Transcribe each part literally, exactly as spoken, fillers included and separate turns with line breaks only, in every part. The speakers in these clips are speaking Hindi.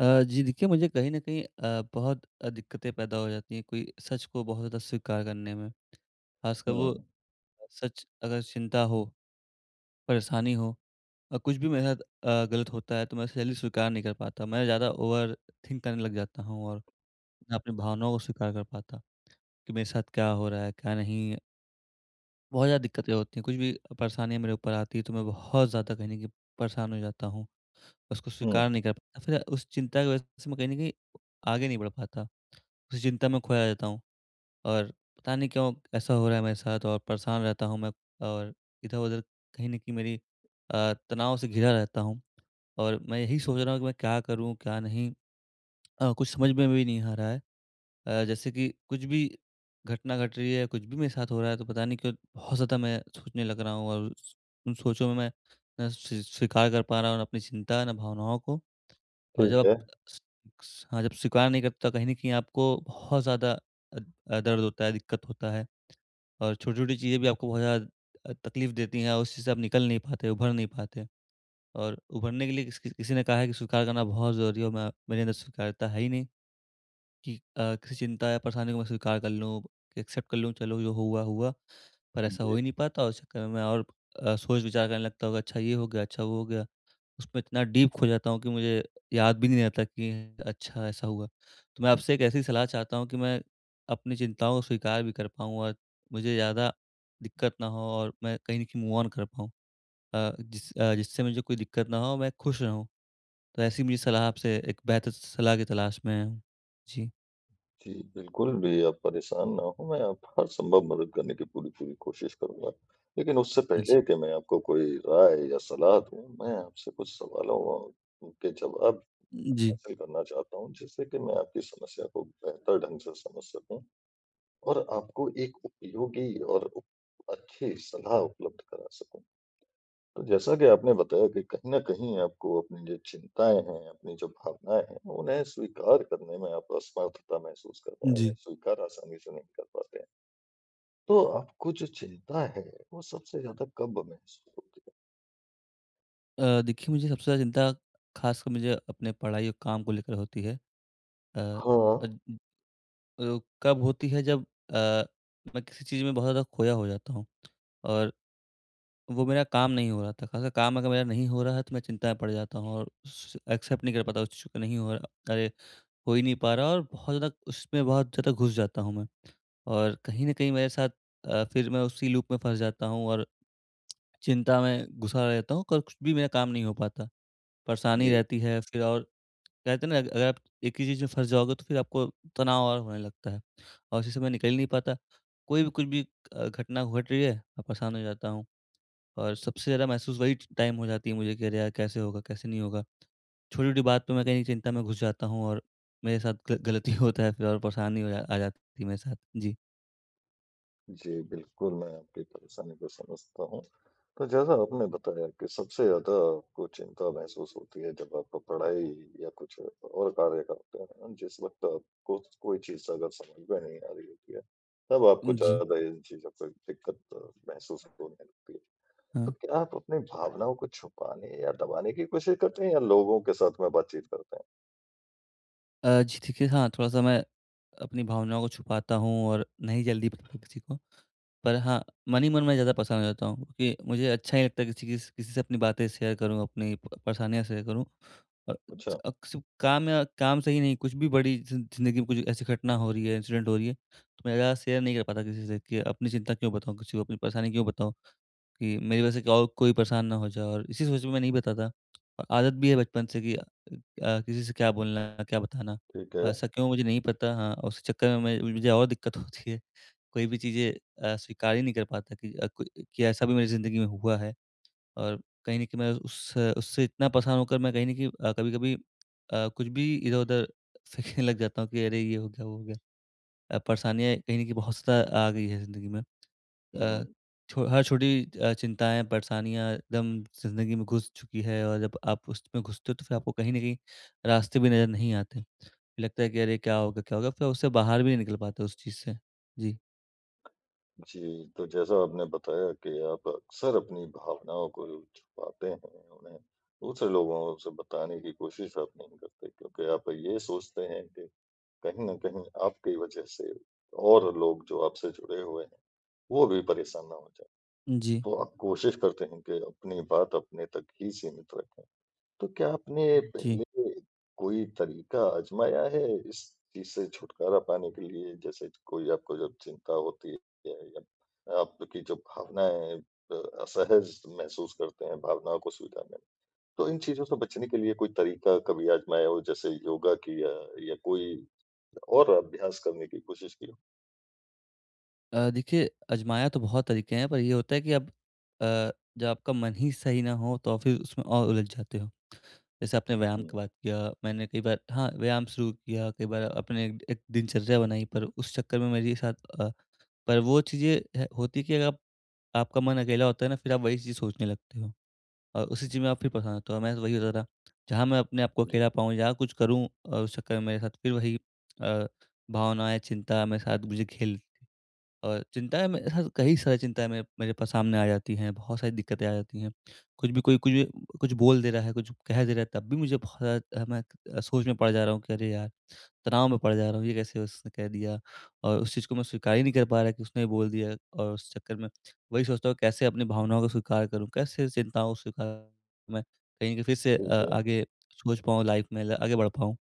अ, जी देखिए मुझे कहीं न कहीं अ, बहुत अ, दिक्कतें पैदा हो जाती हैं कोई सच को बहुत ज़्यादा स्वीकार करने में। ख़ासकर वो
हुँ,
सच अगर चिंता हो, परेशानी हो और कुछ भी मेरे साथ अ, गलत होता है तो मैं उसे जल्दी स्वीकार नहीं कर पाता। मैं ज़्यादा ओवर थिंक करने लग जाता हूँ और ना अपनी भावनाओं को स्वीकार कर पाता कि मेरे साथ क्या हो रहा है, क्या नहीं। बहुत ज़्यादा दिक्कतें होती हैं, कुछ भी परेशानियाँ मेरे ऊपर आती हैं तो मैं बहुत ज़्यादा कहीं न कहीं परेशान हो जाता हूँ। उसको
हुँ,
स्वीकार नहीं कर पाता, फिर उस चिंता की वज़ह से मैं कहीं न कहीं आगे नहीं बढ़ पाता। उस चिंता में खोया जाता हूँ। और पता नहीं क्यों ऐसा हो रहा है मेरे साथ और परेशान रहता हूँ मैं और इधर-उधर कहीं न कहीं मेरी अ, तनाव से घिरा रहता हूँ। और मैं यही सोच रहा हूँ कि मैं क्या करूँ, क्या नहीं? अ, कुछ समझ में भी नहीं आ रहा है। अ, जैसे कि कुछ भी घटना घट रही है, कुछ भी मेरे साथ हो रहा है तो पता नहीं क्यों बहुत ज़्यादा मैं सोचने लग रहा हूँ और उस उन सोचों में मैं ना स्वी स्वीकार कर पा रहा हूँ ना अपनी चिंता, ना भावनाओं को। और जब
ठीक है।
आप स स हाँ, जब स्वीकार नहीं करते तो कहीं न कहीं आपको बहुत ज़्यादा अ अ, दर्द होता है, दिक्कत होता है। और छोटी-छोटी चीज़ें भी आपको बहुत ज़्यादा अ, तकलीफ़ देती हैं और उससे से आप निकल नहीं पाते, उभर नहीं पाते। और उभरने के लिए किस किस किसी ने कहा है कि स्वीकार करना बहुत ज़रूरी है और मैं मेरे अंदर स्वीकार्यता है ही नहीं कि अ, किसी चिंता या परेशानी को मैं स्वीकार कर लूँ, एक्सेप्ट कर लूँ, चलो जो हुआ, हुआ। पर ऐसा हो
जी,
ही नहीं पाता और उस चक्कर में मैं और अ, सोच-विचार करने लगता हूँ कि अच्छा ये हो गया, अच्छा वो हो गया। उसमें इतना डीप खो जाता हूँ कि मुझे याद भी नहीं रहता कि अच्छा ऐसा हुआ। तो मैं आपसे एक ऐसी सलाह चाहता हूँ कि मैं अपनी चिंताओं को स्वीकार भी कर पाऊँ और मुझे ज़्यादा दिक्कत ना हो और मैं कहीं न कहीं मूव ऑन कर पाऊँ। अ, जिस अ, जिससे मुझे कोई दिक्कत ना हो, मैं खुश रहूँ। तो ऐसी मुझे सलाह आपसे एक बेहतर सलाह की तलाश में आया हूँ। जी।
जी, बिल्कुल भी आप परेशान ना हों, मैं आप हर संभव मदद करने की पूरी-पूरी कोशिश करूँगा। लेकिन उससे पहले
जी।
कि मैं आपको कोई राय या सलाह दूँ, मैं आपसे कुछ सवालों अ, के जवाब
जी।
हासिल करना चाहता हूँ, जिससे कि मैं आपकी समस्या को बेहतर ढंग से समझ सकूँ और आपको एक उपयोगी और उप अच्छी सलाह उपलब्ध करा सकूँ। तो जैसा कि आपने बताया कि कहीं न कहीं आपको अपनी जो चिंताएँ हैं, अपनी जो भावनाएँ हैं, उन्हें स्वीकार करने में आप असमर्थता महसूस करते हैं, उन्हें
जी।
स्वीकार आसानी से नहीं कर पाते हैं। तो आपको जो चिंता है, वो सबसे ज़्यादा कब महसूस होती है?
अ, देखिए मुझे सबसे ज़्यादा चिंता ख़ासकर मुझे अपने पढ़ाई और काम को लेकर होती है। अ,
हाँ।
अ अ, कब होती है जब अ, मैं किसी चीज़ में बहुत ज़्यादा खोया हो जाता हूँ और वो मेरा काम नहीं हो रहा था। खासकर काम अगर मेरा नहीं हो रहा है तो मैं चिंता में पड़ जाता हूँ और स एक्सेप्ट नहीं कर पाता उस चीज़ को, नहीं हो रहा, अरे! हो ही नहीं पा रहा और बहुत ज़्यादा उसमें बहुत ज़्यादा घुस जाता हूँ मैं। और कहीं न कहीं मेरे साथ अ, फिर मैं उसी लूप में फँस जाता हूँ और चिंता में घुसा रहता हूँ और कुछ भी मेरा काम नहीं हो पाता। परेशानी
जी।
रहती है फिर। और कहते हैं ना अगर आप एक ही चीज़ में फँस जाओगे तो फिर आपको तनाव और होने लगता है और उसी से मैं निकल ही नहीं पाता। कोई भी कुछ भी अ, घटना घट रही है, मैं परेशान हो जाता हूँ और सबसे ज़्यादा महसूस वही टाइम हो जाती है मुझे कि अरे यार कैसे होगा, कैसे नहीं होगा? छोटी-छोटी बात पे मैं कहीं चिंता में घुस जाता हूँ और मेरे साथ ग गलती होता है फिर और परेशानी हो जा आ जाती है मेरे साथ। जी।
जी, बिल्कुल, मैं आपकी परेशानी को समझता हूँ। तो जैसा आपने बताया कि सबसे ज़्यादा आपको चिंता महसूस होती है जब आप पढ़ाई या कुछ और कार्य करते हैं, जिस वक़्त आपको कोई चीज़ अगर समझ में नहीं आ रही होती है, तब आपको
जी।
ज़्यादा इन चीज़ों पर दिक्कत महसूस होने लगती है। तो
हाँ।
क्या आप अपनी भावनाओं को छुपाने या दबाने की कोशिश करते हैं या लोगों के साथ में बातचीत करते हैं?
अ, जी देखिए, हाँ, थोड़ा-सा मैं अपनी भावनाओं को छुपाता हूँ और नहीं जल्दी बताता किसी को। पर हाँ, मन ही मन मैं ज़्यादा परेशान हो जाता हूँ क्योंकि मुझे अच्छा ही लगता है किसी किस किसी से अपनी बातें शेयर करूँ, अपनी प परेशानियाँ शेयर करूँ। और
अच्छा,
अक्सर काम या काम से ही नहीं, कुछ भी बड़ी ज़ि ज़िंदगी में कुछ ऐसी घटना हो रही है, इंसिडेंट हो रही है, तो मैं ज़्यादा शेयर नहीं कर पाता किसी से कि अपनी चिंता क्यों बताऊँ किसी को, अपनी परेशानी क्यों बताऊँ कि मेरी वजह से क्या और कोई परेशान ना हो जाए और इसी सोच में मैं नहीं बताता। और आदत भी है बचपन से कि अ, किसी से क्या बोलना, क्या बताना?
ठीक
और
है।
ऐसा क्यों मुझे नहीं पता, हाँ, और उस चक्कर में मैं मुझे और दिक्कत होती है। कोई भी चीज़ें अ, स्वीकार ही नहीं कर पाता कि अ, को कि ऐसा भी मेरी ज़िंदगी में हुआ है और कहीं न कहीं मैं उस उससे इतना परेशान होकर मैं कहीं न कहीं अ, कभी-कभी अ, कुछ भी इधर-उधर फेंकने लग जाता हूँ कि अरे! ये हो गया, वो हो गया। अ, परेशानियाँ कहीं न कहीं बहुत ज़्यादा आ गई है ज़िंदगी में।
हुँ।
अ, छो हर छोटी अ, चिंताएँ, परेशानियाँ एकदम ज़िंदगी में घुस चुकी है और जब आप उसमें घुसते हो तो फिर आपको कहीं न कहीं रास्ते भी नज़र नहीं आते। फिर लगता है कि अरे! क्या होगा, क्या होगा? फिर उससे बाहर भी नहीं निकल पाते उस चीज़ से। जी।
जी, तो जैसा आपने बताया कि आप अक्सर अपनी भावनाओं को छुपाते हैं, उन्हें दूसरे लोगों से बताने की कोशिश आप नहीं करते क्योंकि आप ये सोचते हैं कि कहीं न कहीं आपकी वजह से और लोग जो आपसे जुड़े हुए हैं, वो भी परेशान ना हो जाएँ।
जी।
तो आप कोशिश करते हैं कि अपनी बात अपने तक ही सीमित रखें। तो क्या आपने
जी।
पहले कोई तरीका आज़माया है इस चीज़ से छुटकारा पाने के लिए? जैसे कोई आपको जब चिंता होती है या आपकी जो भावनाएँ अ, असहज महसूस करते हैं भावनाओं को स्वीकारने में, तो इन चीज़ों से बचने के लिए कोई तरीका कभी आज़माया हो जैसे योगा किया या कोई और अभ्यास करने की कोशिश की हो?
अ, देखिए आज़माया तो बहुत तरीके हैं पर ये होता है कि अब अ, जब आपका मन ही सही ना हो तो फिर उसमें और उलझ जाते हो। जैसे आपने व्यायाम
हुँ,
की बात किया, मैंने कई बार हाँ, व्यायाम शुरू किया, कई बार अपने एक एक दिनचर्या बनाई पर उस चक्कर में मेरे साथ अ पर वो चीज़ें है होती कि अगर आप आपका मन अकेला होता है ना, फिर आप वही चीज़ सोचने लगते हो और उसी चीज़ में आप फिर परेशान होते हो। मैं तो वही होता था, जहाँ मैं अपने आप को
जी।
अकेला पाऊँ, जहाँ कुछ करूँ और उस चक्कर में मेरे साथ फिर वही अ, भावनाएँ, चिंता मेरे साथ मुझे खेल और चिंताएँ मेरे साथ कई सारी चिंताएँ मेरे मेरे पास सामने आ जाती हैं, बहुत सारी दिक्कतें आ जाती हैं। कुछ भी कोई कुछ भी कुछ बोल दे रहा है, कुछ कह दे रहा है, तब भी मुझे बहुत ज़्यादा मैं अ, सोच में पड़ जा रहा हूँ कि अरे यार! तनाव में पड़ जा रहा हूँ, ये कैसे उसने कह दिया? और उस चीज़ को मैं स्वीकार ही नहीं कर पा रहा कि उसने बोल दिया और उस चक्कर में वही सोचता हूँ कैसे अपनी भावनाओं को स्वीकार करूँ? कैसे चिंताओं को स्वीकार करूं, मैं कहीं कि फिर से अ,
ठीक है।
आगे सोच पाऊँ लाइफ में ल आगे बढ़ पाऊँ।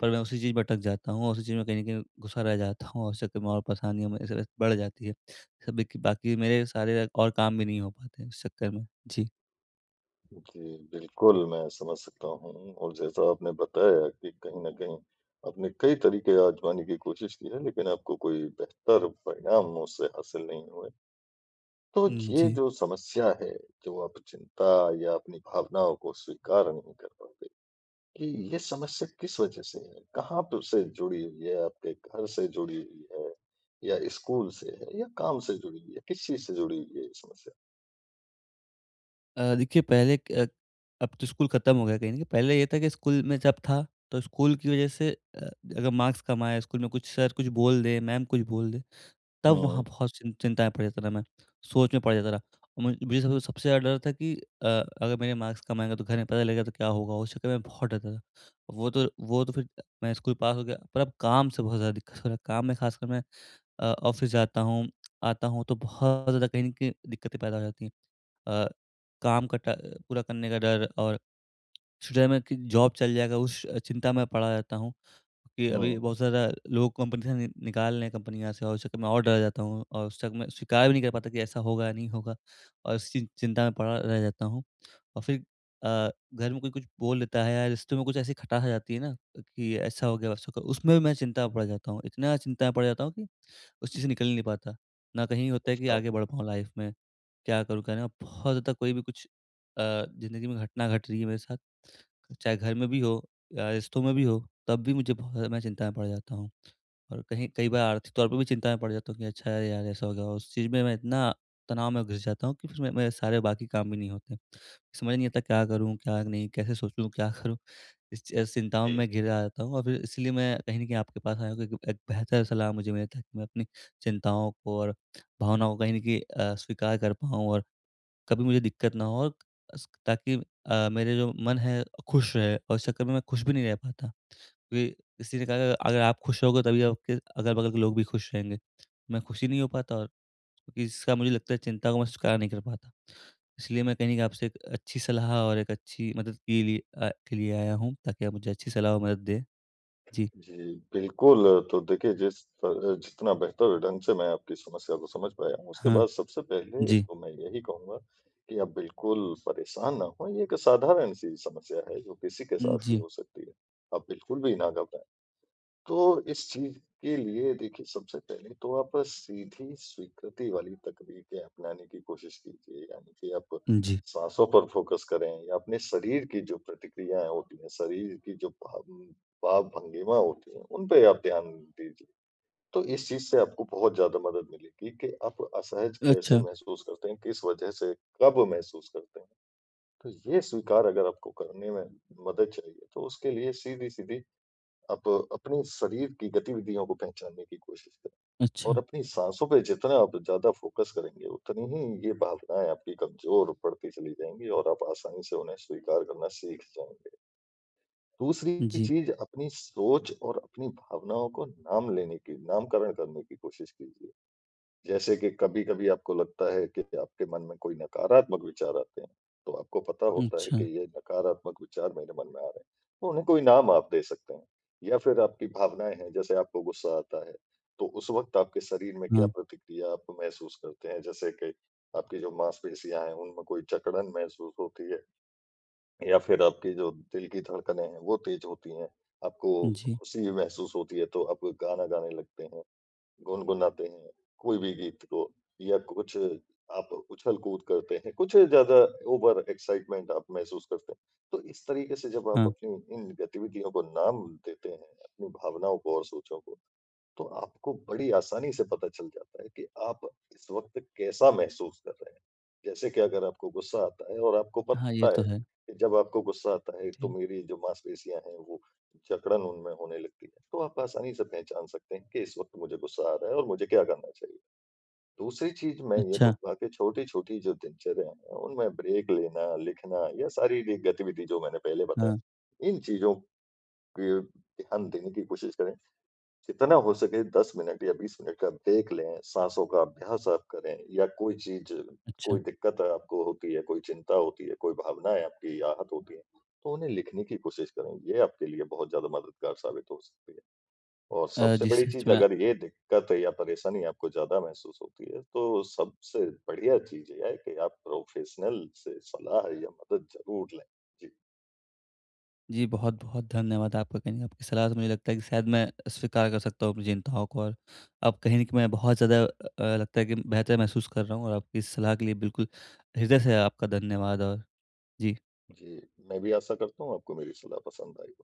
पर मैं उसी चीज़ में अटक जाता हूँ और उसी चीज़ में कहीं न कहीं घुसा रह जाता हूँ और उस चक्कर में और परेशानियाँ मेरे से बढ़ जाती है। सब बाकी मेरे सारे और काम भी नहीं हो पाते हैं उस चक्कर में। जी।
जी, बिल्कुल, मैं समझ सकता हूँ और जैसा आपने बताया कि कहीं न कहीं आपने कई तरीके आज़माने की कोशिश की है, लेकिन आपको कोई बेहतर परिणाम उससे हासिल नहीं हुए। तो
हुँ।
ये
जी।
जो समस्या है, जो आप चिंता या अपनी भावनाओं को स्वीकार नहीं कर पाते, कि ये समस्या किस वजह से है? कहाँ प से जुड़ी हुई है? आपके घर से जुड़ी हुई है या स्कूल से है या काम से जुड़ी हुई है? किस चीज़ से जुड़ी हुई है ये समस्या?
अ, देखिए पहले क अ, अब तो स्कूल खत्म हो गया कहीं न कहीं। पहले ये था कि स्कूल में जब था, तो स्कूल की वजह से अ, अगर मार्क्स कम आए स्कूल में कुछ सर कुछ बोल दें, मैम कुछ बोल दें, तब वहाँ
हुँ,
बहुत चिं चिंता में पड़ जाता था मैं, सोच में पड़ जाता था। और मुझ मुझे सबसे सबसे ज़्यादा डर था कि अ, अगर मेरे मार्क्स कम आएँगे तो घर में पता लगेगा तो क्या होगा? उस चक्कर में बहुत डरता था। वो तो वो तो फिर मैं स्कूल पास हो गया, पर अब काम से बहुत ज़्यादा दिक्कत हो रहा है। काम में खासकर मैं अ, ऑफ़िस जाता हूँ, आता हूँ तो बहुत ज़्यादा कहीं न कहीं दिक्कतें पैदा हो जाती हैं। अ, काम का टा पूरा करने का डर और फ्यूचर में कि जॉब चल जाएगा, उस चिंता में पड़ा रहता हूँ, कि अभी
हुँ।
बहुत ज़्यादा लोग कंपनी से नि निकाल रहे हैं कंपनियाँ से और उस चक्कर में और डर जाता हूँ और उस चक्कर में स्वीकार भी नहीं कर पाता कि ऐसा होगा या नहीं होगा और इस चि चिंता में पड़ा रह जाता हूँ। और फिर अ, घर में कोई कुछ बोल देता है या रिश्तों में कुछ ऐसी खटास आ जाती है ना कि ऐसा हो गया वैसा हो गया, उसमें भी मैं चिंता में पड़ जाता हूँ। इतना चिंता में पड़ जाता हूँ कि उस चीज़ से निकल ही नहीं पाता। ना कहीं होता है कि
अच्छा।
आगे बढ़ पाऊँ लाइफ़ में, क्या करूँ क्या नहीं? और बहुत ज़्यादा कोई भी कुछ अ, ज़िंदगी में घटना घट रही है मेरे साथ, चाहे घर में भी हो या रिश्तों में भी हो, तब भी मुझे बहुत ज़्यादा मैं चिंता में पड़ जाता हूँ। और कहीं कई बार आर्थिक तौर पे भी चिंता में पड़ जाता हूँ कि अच्छा यार यार ऐसा हो गया। और उस चीज़ में मैं इतना तनाव में घिस जाता हूँ कि फिर मे मेरे सारे बाकी काम भी नहीं होते। समझ नहीं आता क्या करूँ, क्या नहीं, कैसे सोचूँ, क्या करूँ? इस च चिंताओं
जी।
में घिरा रहता हूँ और फिर इसलिए मैं कहीं न कहीं आपके पास आया हूँ क्योंकि एक बेहतर सलाह मुझे मिले ताकि मैं अपनी चिंताओं को और भावनाओं को कहीं न कहीं अ, स्वीकार कर पाऊँ और कभी मुझे दिक्कत ना हो और अस ताकि अ, मेरे जो मन है खुश रहे और इस चक्कर में मैं खुश भी नहीं रह पाता। क्योंकि किसी ने कहा है अगर आप खुश रहोगे तभी आपके अगल-बगल के लोग भी खुश रहेंगे। मैं खुश ही नहीं हो पाता और क्योंकि इसका मुझे लगता है चिंता को मैं स्वीकार नहीं कर पाता। इसलिए मैं कहीं न कहीं आपसे एक अच्छी सलाह और एक अच्छी मदद के लिए अ, के लिए आया हूँ ताकि आप मुझे अच्छी सलाह और मदद दें। जी।
जी, बिल्कुल, तो देखिए जिस त अ, जितना बेहतर ढंग से मैं आपकी समस्या को समझ पाया हूँ, उसके
हाँ।
बाद सबसे पहले
जी।
तो मैं यही कहूँगा कि आप बिल्कुल परेशान ना हों, ये एक साधारण-सी समस्या है, जो किसी के साथ भी
जी।
हो सकती है। आप बिल्कुल भी ना घबराएँ। तो इस चीज़ के लिए देखिए सबसे पहले तो आप सीधी स्वीकृति वाली तकनीकें अपनाने की कोशिश कीजिए। यानी कि आप
जी।
साँसों पर फ़ोकस करें या अपने शरीर की जो प्रतिक्रियाएँ होती हैं, शरीर की जो भाव भाव भंगिमा होती है, उन पे आप ध्यान दीजिए। तो इस चीज़ से आपको बहुत ज़्यादा मदद मिलेगी कि आप असहज कैसे
अच्छा,
महसूस करते हैं, किस वजह से, कब महसूस करते हैं। तो ये स्वीकार अगर आपको करने में मदद चाहिए, तो उसके लिए सीधी-सीधी आप अपने शरीर की गतिविधियों को पहचानने की कोशिश करें और
अच्छा।
अपनी साँसों पे जितना आप ज़्यादा फ़ोकस करेंगे, उतनी ही ये भावनाएँ आपकी कमज़ोर पड़ती चली जाएँगी और आप आसानी से उन्हें स्वीकार करना सीख जाएँगे। दूसरी
जी।
चीज़, अपनी सोच और अपनी भावनाओं को नाम लेने की नामकरण करने की कोशिश कीजिए। जैसे कि कभी-कभी आपको लगता है कि आपके मन में कोई नकारात्मक विचार आते हैं, तो आपको पता होता है
अच्छा।
कि ये नकारात्मक विचार मेरे मन में आ रहे हैं, तो उन्हें कोई नाम आप दे सकते हैं। या फिर आपकी भावनाएँ हैं, जैसे आपको गुस्सा आता है, तो उस वक़्त आपके शरीर में क्या
हाँ।
प्रतिक्रिया आप महसूस करते हैं? जैसे कि आपकी जो मांसपेशियाँ हैं, उनमें कोई जकड़न महसूस होती है या फिर आपकी जो दिल की धड़कनें हैं, वो तेज़ होती हैं, आपको
जी।
खुशी महसूस होती है, तो आप गाना गाने लगते हैं, गुनगुनाते हैं, कोई भी गीत को या कुछ आप उछल-कूद करते हैं, कुछ ज़्यादा ओवर एक्साइटमेंट आप महसूस करते हैं। तो इस तरीके से जब आप
हाँ।
अपनी इन गतिविधियों को नाम देते हैं, अपनी भावनाओं को और सोचों को, तो आपको बड़ी आसानी से पता चल जाता है कि आप इस वक़्त कैसा महसूस कर रहे हैं। जैसे कि अगर आपको गुस्सा आता है और आपको
हाँ, ये
पता है
तो है।
कि जब आपको गुस्सा आता है तो
जी।
मेरी जो मांसपेशियाँ हैं वो जकड़न उनमें होने लगती है, तो आप आसानी से पहचान सकते हैं कि इस वक़्त मुझे गुस्सा आ रहा है और मुझे क्या करना चाहिए। दूसरी चीज़ मैं ये
अच्छा।
कहूँगा कि छोटी-छोटी जो दिनचर्या है उनमें ब्रेक लेना, लिखना या शारीरिक गतिविधि जो मैंने पहले बताया,
हाँ,
इन चीज़ों पे ध्यान देने की कोशिश करें। जितना हो सके दस मिनट या बीस मिनट का ब्रेक लें, साँसों का अभ्यास आप करें या कोई चीज़,
अच्छा।
कोई दिक्कत आपको होती है, कोई चिंता होती है, कोई भावनाएँ आपकी आहत होती हैं, तो उन्हें लिखने की कोशिश करें। ये आपके लिए बहुत ज़्यादा मददगार साबित हो सकती है। और
अ,
सबसे
जी,
बड़ी
सच
चीज़
में
अगर ये दिक्कत या परेशानी आपको ज़्यादा महसूस होती है, तो सबसे बढ़िया चीज़ ये है कि आप प्रोफ़ेशनल से सलाह या मदद ज़रूर लें। जी,
जी, बहुत-बहुत धन्यवाद आपका। कहीं न कहीं आपकी सलाह से मुझे लगता है कि शायद मैं स्वीकार कर सकता हूँ अपनी चिंताओं को और अब कहीं न कहीं मैं बहुत ज़्यादा अ, लगता है कि बेहतर महसूस कर रहा हूँ और आपकी इस सलाह के लिए बिल्कुल हृदय से आपका धन्यवाद और जी।
जी, मैं भी आशा करता हूँ आपको मेरी सलाह पसंद आई।